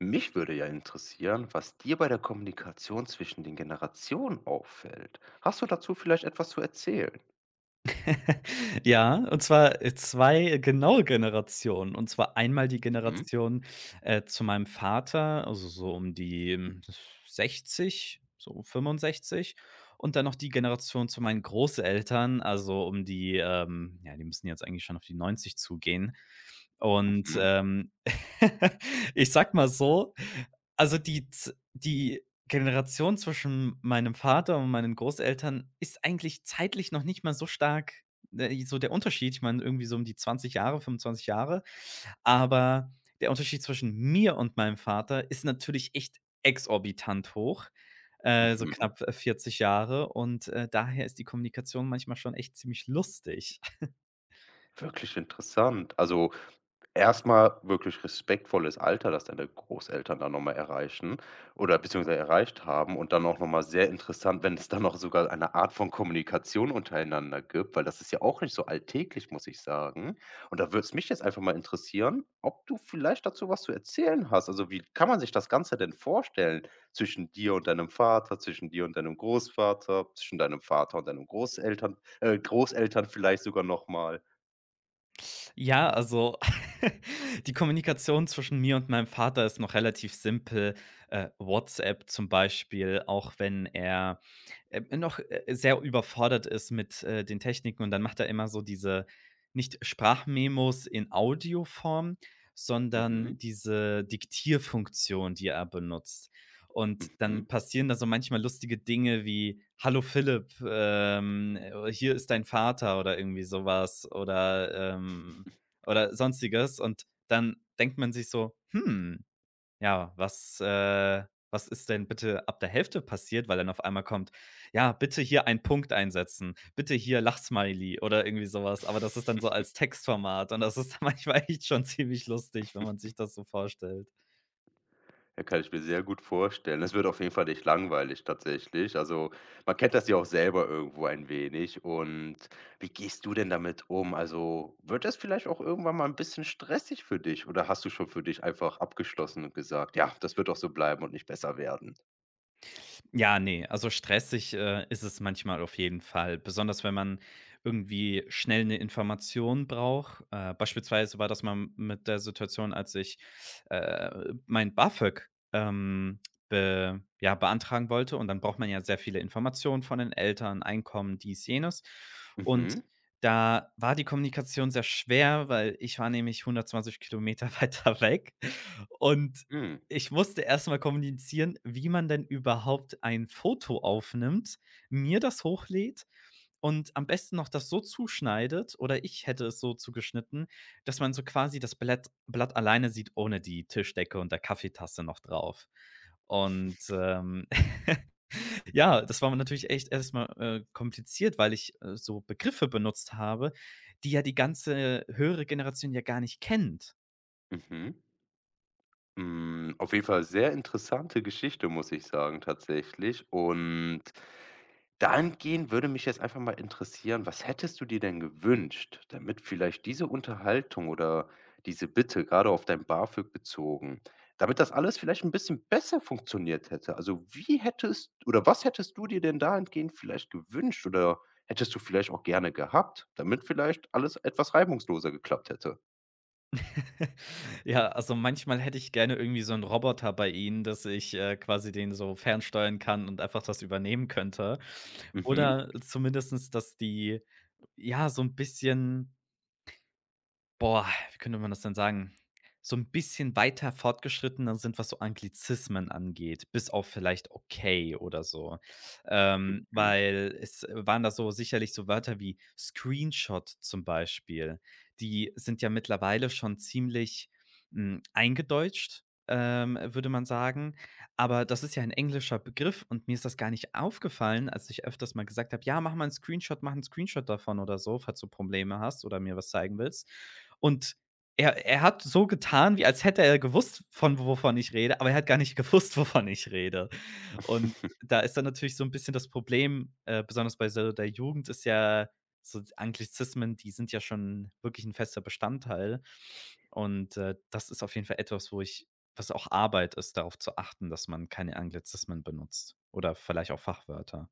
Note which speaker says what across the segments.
Speaker 1: Mich würde ja interessieren, was dir bei der Kommunikation zwischen den Generationen auffällt. Hast du dazu vielleicht etwas zu erzählen?
Speaker 2: Ja, und zwar, 2 genaue Generationen. Und zwar einmal die
Speaker 1: Mhm,
Speaker 2: Generation, zu meinem Vater, also so um die, 60, so 65, und dann noch die Generation zu meinen Großeltern, also um die, ja, die müssen jetzt eigentlich schon auf die 90 zugehen. Und,
Speaker 1: mhm,
Speaker 2: ich sag mal so, also die Generation zwischen meinem Vater und meinen Großeltern ist eigentlich zeitlich noch nicht mal so stark, ne, so der Unterschied. Ich meine, irgendwie so um die 20 Jahre, 25 Jahre, aber der Unterschied zwischen mir und meinem Vater ist natürlich echt exorbitant hoch, so
Speaker 1: mhm.
Speaker 2: knapp 40 Jahre, und, daher ist die Kommunikation manchmal schon echt ziemlich lustig.
Speaker 1: Wirklich interessant. Also, erstmal wirklich respektvolles Alter, das deine Großeltern dann nochmal erreichen oder beziehungsweise erreicht haben, und dann auch nochmal sehr interessant, wenn es dann noch sogar eine Art von Kommunikation untereinander gibt, weil das ist ja auch nicht so alltäglich, muss ich sagen. Und da würde es mich jetzt einfach mal interessieren, ob du vielleicht dazu was zu erzählen hast. Also, wie kann man sich das Ganze denn vorstellen zwischen dir und deinem Vater, zwischen dir und deinem Großvater, zwischen deinem Vater und deinen Großeltern, Großeltern vielleicht sogar nochmal.
Speaker 2: Ja, also die Kommunikation zwischen mir und meinem Vater ist noch relativ simpel. WhatsApp zum Beispiel. Auch wenn er noch, sehr überfordert ist mit, den Techniken, und dann macht er immer so diese nicht Sprachmemos in Audioform,
Speaker 1: Mhm,
Speaker 2: sondern diese Diktierfunktion, die er benutzt. Und dann
Speaker 1: mhm.
Speaker 2: passieren da so manchmal lustige Dinge wie: „Hallo Philipp, hier ist dein Vater" oder irgendwie sowas oder sonstiges. Und dann denkt man sich so: „Hm, ja, was ist denn bitte ab der Hälfte passiert", weil dann auf einmal kommt: „Ja, bitte hier einen Punkt einsetzen, bitte hier Lachsmiley" oder irgendwie sowas. Aber das ist dann so als Textformat, und das ist dann manchmal echt schon ziemlich lustig, wenn man sich das so vorstellt.
Speaker 1: Ja, kann ich mir sehr gut vorstellen. Es wird auf jeden Fall nicht langweilig tatsächlich. Also, man kennt das ja auch selber irgendwo ein wenig. Und wie gehst du denn damit um? Also, wird das vielleicht auch irgendwann mal ein bisschen stressig für dich, oder hast du schon für dich einfach abgeschlossen und gesagt: „Ja, das wird auch so bleiben und nicht besser werden?“
Speaker 2: Ja, ne, also stressig, ist es manchmal auf jeden Fall, besonders wenn man irgendwie schnell eine Information braucht. Beispielsweise war das mal mit der Situation, als ich, äh, mein BAföG, ähm, be ja, beantragen wollte, und dann braucht man ja sehr viele Informationen von den Eltern, Einkommen, dies, jenes. Und
Speaker 1: Mhm,
Speaker 2: da war die Kommunikation sehr schwer, weil ich war nämlich 120 Kilometer weiter weg, und
Speaker 1: mhm,
Speaker 2: ich musste erstmal kommunizieren, wie man denn überhaupt ein Foto aufnimmt, mir das hochlädt und am besten noch das so zuschneidet, oder ich hätte es so zugeschnitten, dass man so quasi das Blatt Blatt alleine sieht ohne die Tischdecke und der Kaffeetasse noch drauf. Und, ja, das war natürlich echt erstmal kompliziert, weil ich, so Begriffe benutzt habe, die ja die ganze höhere Generation ja gar nicht kennt.
Speaker 1: mhm. Hm, auf jeden Fall sehr interessante Geschichte, muss ich sagen, tatsächlich. Und dahingehend würde mich jetzt einfach mal interessieren, was hättest du dir denn gewünscht, damit vielleicht diese Unterhaltung oder diese Bitte, gerade auf dein BAföG bezogen, damit das alles vielleicht ein bisschen besser funktioniert hätte? Also, wie hättest, oder was hättest du dir denn dahingehend vielleicht gewünscht oder hättest du vielleicht auch gerne gehabt, damit vielleicht alles etwas reibungsloser geklappt hätte?
Speaker 2: Ja, also manchmal hätte ich gerne irgendwie so einen Roboter bei ihnen, dass ich, quasi den so fernsteuern kann und einfach das übernehmen könnte.
Speaker 1: Mhm.
Speaker 2: Oder zumindestens, dass die, ja, so ein bisschen, boah, wie könnte man das denn sagen? So ein bisschen weiter fortgeschrittener sind, was so Anglizismen angeht, bis auf vielleicht okay oder so. Weil es waren da so sicherlich so Wörter wie Screenshot zum Beispiel. Die sind ja mittlerweile schon ziemlich, eingedeutscht, würde man sagen. Aber das ist ja ein englischer Begriff, und mir ist das gar nicht aufgefallen, als ich öfters mal gesagt habe: „Ja, mach mal 'n Screenshot mach 'n Screenshot davon oder so, falls du Probleme hast oder mir was zeigen willst." Und er hat so getan, wie als hätte er gewusst, von wovon ich rede, aber er hat gar nicht gewusst, wovon ich rede. Und da ist dann natürlich so ein bisschen das Problem, besonders bei so der Jugend ist ja so Anglizismen, die sind ja schon wirklich ein fester Bestandteil. Und, das ist auf jeden Fall etwas, wo ich was auch Arbeit ist, darauf zu achten, dass man keine Anglizismen benutzt oder vielleicht auch Fachwörter.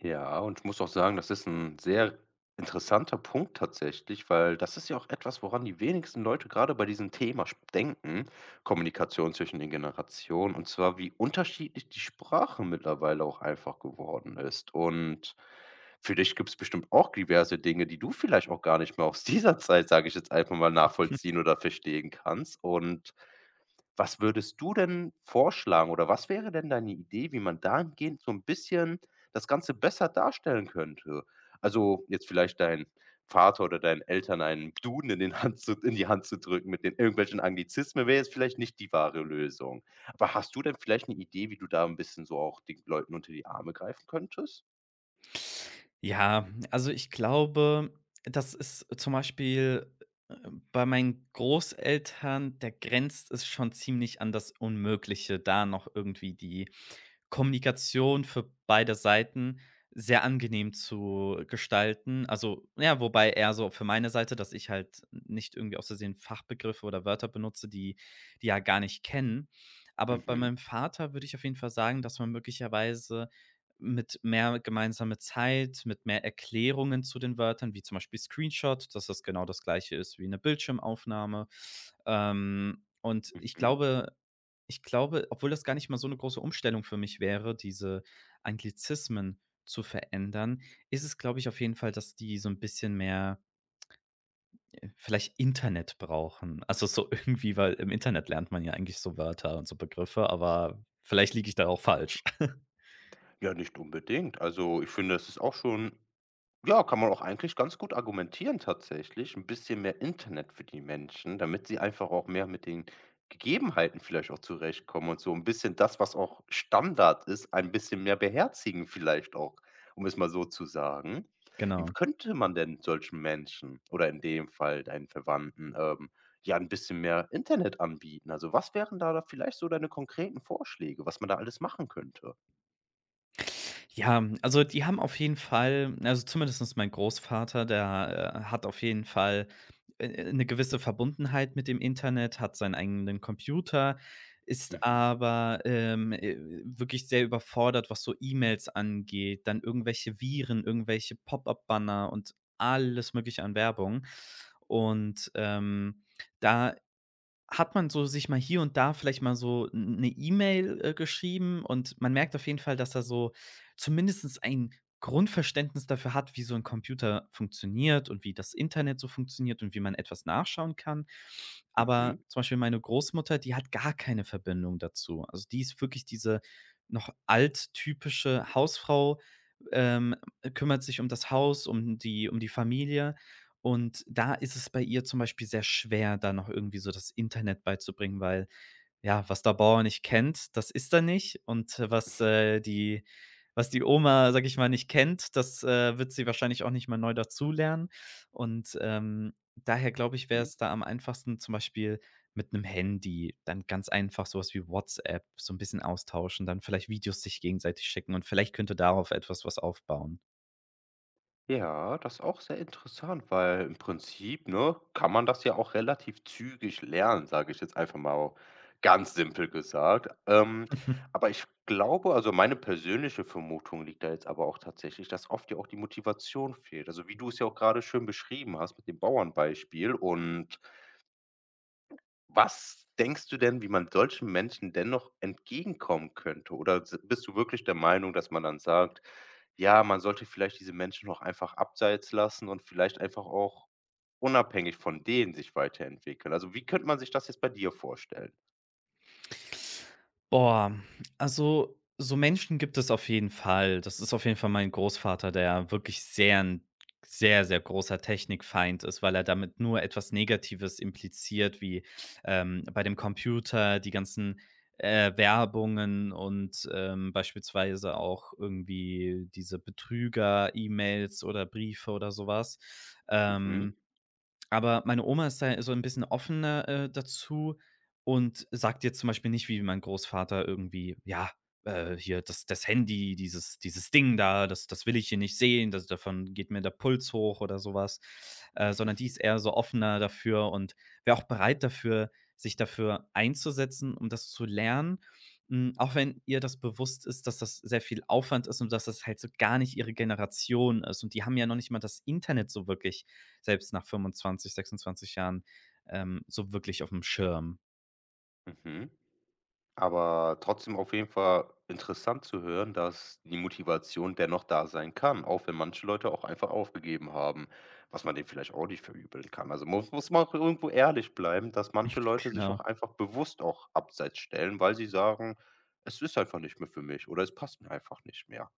Speaker 1: Ja, und ich muss auch sagen, das ist ein sehr interessanter Punkt tatsächlich, weil das ist ja auch etwas, woran die wenigsten Leute gerade bei diesem Thema sp denken, Kommunikation zwischen den Generationen, und zwar, wie unterschiedlich die Sprache mittlerweile auch einfach geworden ist. Und für dich gibt's bestimmt auch diverse Dinge, die du vielleicht auch gar nicht mehr aus dieser Zeit, sage ich jetzt einfach mal, nachvollziehen oder verstehen kannst. Und was würdest du denn vorschlagen oder was wäre denn deine Idee, wie man dahingehend so 'n bisschen das Ganze besser darstellen könnte? Also, jetzt vielleicht deinen Vater oder deinen Eltern einen Duden in die Hand zu drücken mit den irgendwelchen Anglizismen, wäre jetzt vielleicht nicht die wahre Lösung. Aber hast du denn vielleicht 'ne Idee, wie du da 'n bisschen so auch den Leuten unter die Arme greifen könntest?
Speaker 2: Ja, also ich glaube, das ist zum Beispiel äh, bei meinen Großeltern, der grenzt es schon ziemlich an das Unmögliche, da noch irgendwie die Kommunikation für beide Seiten sehr angenehm zu gestalten. Also, ja, wobei eher so für meine Seite, dass ich halt nicht irgendwie aus Versehen Fachbegriffe oder Wörter benutze, die die ja gar nicht kennen. Aber bei
Speaker 1: Mhm,
Speaker 2: meinem Vater würde ich auf jeden Fall sagen, dass man möglicherweise mit mehr gemeinsame Zeit, mit mehr Erklärungen zu den Wörtern, wie zum Beispiel Screenshot, dass das genau das Gleiche ist wie eine Bildschirmaufnahme. Und ich
Speaker 1: mhm.
Speaker 2: glaube ich glaube, obwohl das gar nicht mal so eine große Umstellung für mich wäre, diese Anglizismen zu verändern, ist es, glaube ich, auf jeden Fall, dass die so ein bisschen mehr vielleicht Internet brauchen. Also, so irgendwie, weil im Internet lernt man ja eigentlich so Wörter und so Begriffe, aber vielleicht liege ich da auch falsch.
Speaker 1: Ja, nicht unbedingt. Also, ich finde, das ist auch schon, ja, kann man auch eigentlich ganz gut argumentieren tatsächlich. Ein bisschen mehr Internet für die Menschen, damit sie einfach auch mehr mit den Gegebenheiten vielleicht auch zurechtkommen und so ein bisschen das, was auch Standard ist, ein bisschen mehr beherzigen vielleicht auch, um es mal so zu sagen. Wie
Speaker 2: Genau.
Speaker 1: könnte man denn solchen Menschen oder in dem Fall deinen Verwandten, ja, ein bisschen mehr Internet anbieten? Also, was wären da vielleicht so deine konkreten Vorschläge, was man da alles machen könnte?
Speaker 2: Ja, also die haben auf jeden Fall, also zumindest mein Großvater, der, hat auf jeden Fall, 'ne gewisse Verbundenheit mit dem Internet, hat seinen eigenen Computer, ist
Speaker 1: Mhm,
Speaker 2: aber, wirklich sehr überfordert, was so E-Mails angeht, dann irgendwelche Viren, irgendwelche Pop-up-Banner und alles Mögliche an Werbung. Und, da hat man so sich mal hier und da vielleicht mal so eine E-Mail, geschrieben, und man merkt auf jeden Fall, dass er so zumindestens ein Grundverständnis dafür hat, wie so ein Computer funktioniert und wie das Internet so funktioniert und wie man etwas nachschauen kann. Aber
Speaker 1: mhm,
Speaker 2: zum Beispiel meine Großmutter, die hat gar keine Verbindung dazu. Also, die ist wirklich diese noch alttypische Hausfrau, ähm, kümmert sich um das Haus, um die Familie. Und da ist es bei ihr zum Beispiel sehr schwer, da noch irgendwie so das Internet beizubringen, weil, ja, was der Bauer nicht kennt, das ist er nicht, und was die Oma, sage ich mal, nicht kennt, das, wird sie wahrscheinlich auch nicht mal neu dazulernen. Und, daher glaube ich, wäre
Speaker 1: mhm.
Speaker 2: es da am einfachsten, zum Beispiel mit einem Handy, dann ganz einfach so was wie WhatsApp, so ein bisschen austauschen, dann vielleicht Videos sich gegenseitig schicken, und vielleicht könnte darauf etwas was aufbauen.
Speaker 1: Ja, das ist auch sehr interessant, weil im Prinzip, ne, kann man das ja auch relativ zügig lernen, sage ich jetzt einfach mal, ganz simpel gesagt. Aber ich glaube, also meine persönliche Vermutung liegt da jetzt aber auch tatsächlich, dass oft ja auch die Motivation fehlt. Also, wie du es ja auch gerade schön beschrieben hast mit dem Bauernbeispiel, und was denkst du denn, wie man solchen Menschen dennoch entgegenkommen könnte? Oder s bist du wirklich der Meinung, dass man dann sagt: „Ja, man sollte vielleicht diese Menschen noch einfach abseits lassen und vielleicht einfach auch unabhängig von denen sich weiterentwickeln?“ Also, wie könnte man sich das jetzt bei dir vorstellen?
Speaker 2: Boah, also so Menschen gibt es auf jeden Fall. Das ist auf jeden Fall mein Großvater, der wirklich sehr, sehr großer Technikfeind ist, weil er damit nur etwas Negatives impliziert, wie, bei dem Computer die ganzen, Werbungen und, beispielsweise auch irgendwie diese Betrüger-E-Mails oder Briefe oder sowas.
Speaker 1: Mhm,
Speaker 2: Ähm aber meine Oma ist da so ein bisschen offener, dazu, und sagt jetzt zum Beispiel nicht wie mein Großvater irgendwie: „Ja, hier das Handy, dieses Ding da, das will ich hier nicht sehen, das, davon geht mir der Puls hoch" oder sowas. Sondern die ist eher so offener dafür und wäre auch bereit dafür, sich dafür einzusetzen, um das zu lernen. Hm, auch wenn ihr das bewusst ist, dass das sehr viel Aufwand ist und dass das halt so gar nicht ihre Generation ist. Und die haben ja noch nicht mal das Internet so wirklich, selbst nach 25 26 Jahren, so wirklich auf dem Schirm.
Speaker 1: mhm. Aber trotzdem auf jeden Fall interessant zu hören, dass die Motivation dennoch da sein kann, auch wenn manche Leute auch einfach aufgegeben haben, was man denen vielleicht auch nicht verübeln kann. Also, muss man auch irgendwo ehrlich bleiben, dass manche Leute sich
Speaker 2: Genau.
Speaker 1: auch einfach bewusst auch abseits stellen, weil sie sagen, es ist einfach nicht mehr für mich oder es passt mir einfach nicht mehr.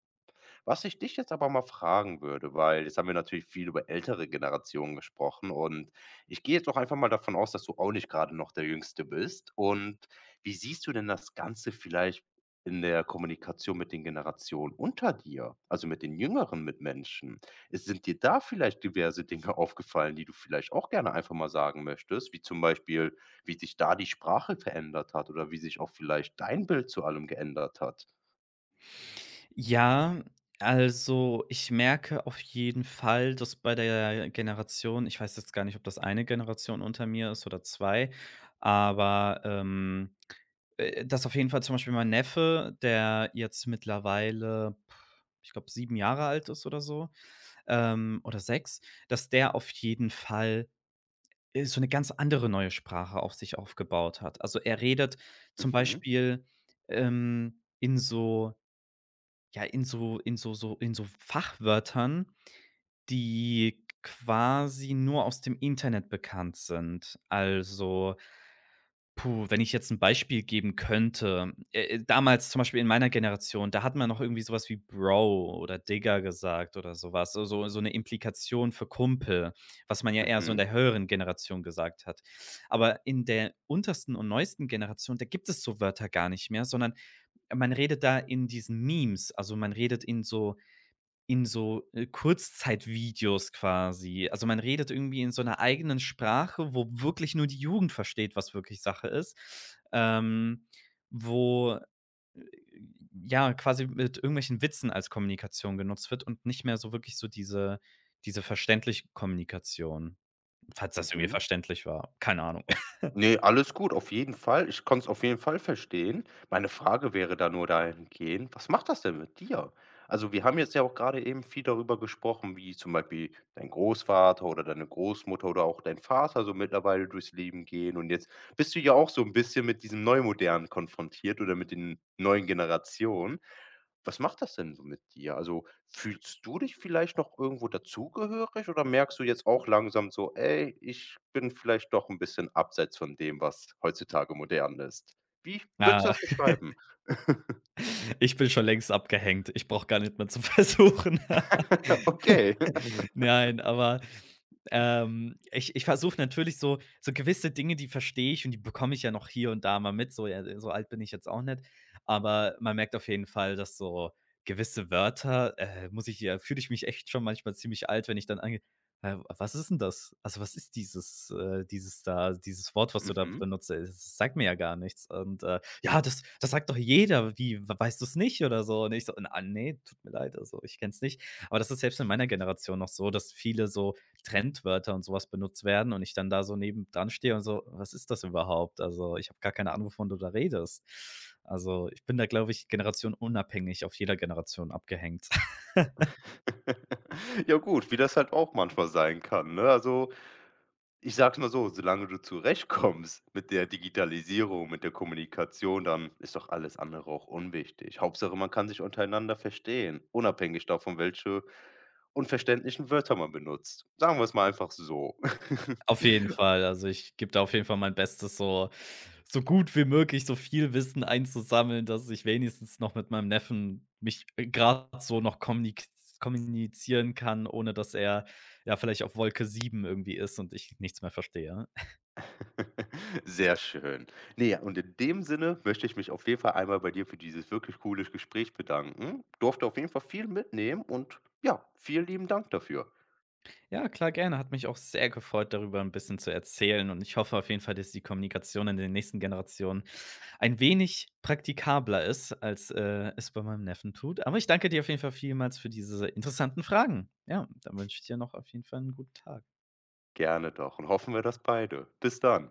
Speaker 1: Was ich dich jetzt aber mal fragen würde, weil jetzt haben wir natürlich viel über ältere Generationen gesprochen, und ich gehe jetzt doch einfach mal davon aus, dass du auch nicht gerade noch der Jüngste bist. Und wie siehst du denn das Ganze vielleicht in der Kommunikation mit den Generationen unter dir, also mit den jüngeren Mitmenschen? Es sind dir da vielleicht diverse Dinge aufgefallen, die du vielleicht auch gerne einfach mal sagen möchtest, wie zum Beispiel, wie sich da die Sprache verändert hat oder wie sich auch vielleicht dein Bild zu allem geändert hat?
Speaker 2: Ja, also, ich merke auf jeden Fall, dass bei der Generation, ich weiß jetzt gar nicht, ob das eine Generation unter mir ist oder 2, aber, dass auf jeden Fall zum Beispiel mein Neffe, der jetzt mittlerweile, puh, ich glaube, 7 Jahre alt ist oder so, oder 6, dass der auf jeden Fall so eine ganz andere neue Sprache auf sich aufgebaut hat. Also, er redet zum
Speaker 1: Mhm,
Speaker 2: Beispiel, in so ja, in so in so Fachwörtern, die quasi nur aus dem Internet bekannt sind. Also, puh, wenn ich jetzt ein Beispiel geben könnte. Damals zum Beispiel in meiner Generation, da hat man noch irgendwie sowas wie Bro oder Digger gesagt oder sowas, so 'ne Implikation für Kumpel, was man ja eher so in
Speaker 1: mhm,
Speaker 2: der höheren Generation gesagt hat. Aber in der untersten und neuesten Generation, da gibt es so Wörter gar nicht mehr, sondern man redet da in diesen Memes. Also, man redet in so, Kurzzeitvideos quasi. Also, man redet irgendwie in so einer eigenen Sprache, wo wirklich nur die Jugend versteht, was wirklich Sache ist. Ähm, Wo, äh, ja, quasi mit irgendwelchen Witzen als Kommunikation genutzt wird und nicht mehr so wirklich so diese verständliche Kommunikation, falls das irgendwie
Speaker 1: mhm.
Speaker 2: verständlich war. Keine Ahnung.
Speaker 1: Auf Ne, alles gut, auf jeden Fall. Ich kann es auf jeden Fall verstehen. Meine Frage wäre da nur dahingehend: was macht das denn mit dir? Also, wir haben jetzt ja auch gerade eben viel darüber gesprochen, wie zum Beispiel dein Großvater oder deine Großmutter oder auch dein Vater so mittlerweile durchs Leben gehen, und jetzt bist du ja auch so ein bisschen mit diesem Neumodernen konfrontiert oder mit den neuen Generationen. Was macht das denn so mit dir? Also, fühlst du dich vielleicht noch irgendwo dazugehörig oder merkst du jetzt auch langsam so: „Ey, ich bin vielleicht doch ein bisschen abseits von dem, was heutzutage modern ist?“ Wie würdest du
Speaker 2: Äh,
Speaker 1: das beschreiben?
Speaker 2: Ich bin schon längst abgehängt. Ich brauche gar nicht mehr zu versuchen.
Speaker 1: Okay.
Speaker 2: Nein, aber, ich versuche natürlich so gewisse Dinge, die verstehe ich, und die bekomme ich ja noch hier und da mal mit. So, ja, so alt bin ich jetzt auch nicht. Aber man merkt auf jeden Fall, dass so gewisse Wörter, muss ich ja fühle ich mich echt schon manchmal ziemlich alt, wenn ich dann ange „Hä, was ist denn das? Also, was ist dieses Wort, was du da
Speaker 1: Mhm.
Speaker 2: benutzt? Das sagt mir ja gar nichts." Und, „Ja, das sagt doch jeder. Wie, w weißt du es nicht oder so?" Und ich so: „Ah, ne, tut mir leid, also, ich kenne es nicht." Aber das ist selbst in meiner Generation noch so, dass viele so Trendwörter und sowas benutzt werden, und ich dann da so nebendran stehe und so: „Was ist das überhaupt? Also, ich habe gar keine Ahnung, wovon du da redest." Also, ich bin da, glaube ich, generationenunabhängig auf jeder Generation abgehängt.
Speaker 1: Ja gut, wie das halt auch manchmal sein kann, ne? Also, ich sage es mal so, solange du zurechtkommst mit der Digitalisierung, mit der Kommunikation, dann ist doch alles andere auch unwichtig. Hauptsache, man kann sich untereinander verstehen, unabhängig davon, welche unverständlichen Wörter man benutzt. Sagen wir es mal einfach so.
Speaker 2: Auf jeden Fall. Also, ich gebe da auf jeden Fall mein Bestes, so gut wie möglich so viel Wissen einzusammeln, dass ich wenigstens noch mit meinem Neffen mich gerade so noch kommunizieren kann, ohne dass er, ja, vielleicht auf Wolke 7 irgendwie ist und ich nichts mehr verstehe.
Speaker 1: Sehr schön. Ne, und in dem Sinne möchte ich mich auf jeden Fall einmal bei dir für dieses wirklich coole Gespräch bedanken. Durfte auf jeden Fall viel mitnehmen und ja, vielen lieben Dank dafür.
Speaker 2: Ja, klar, gerne. Hat mich auch sehr gefreut, darüber ein bisschen zu erzählen, und ich hoffe auf jeden Fall, dass die Kommunikation in den nächsten Generationen ein wenig praktikabler ist, als, es bei meinem Neffen tut. Aber ich danke dir auf jeden Fall vielmals für diese interessanten Fragen. Ja, dann wünsche ich dir noch auf jeden Fall einen guten Tag.
Speaker 1: Gerne doch, und hoffen wir das beide. Bis dann.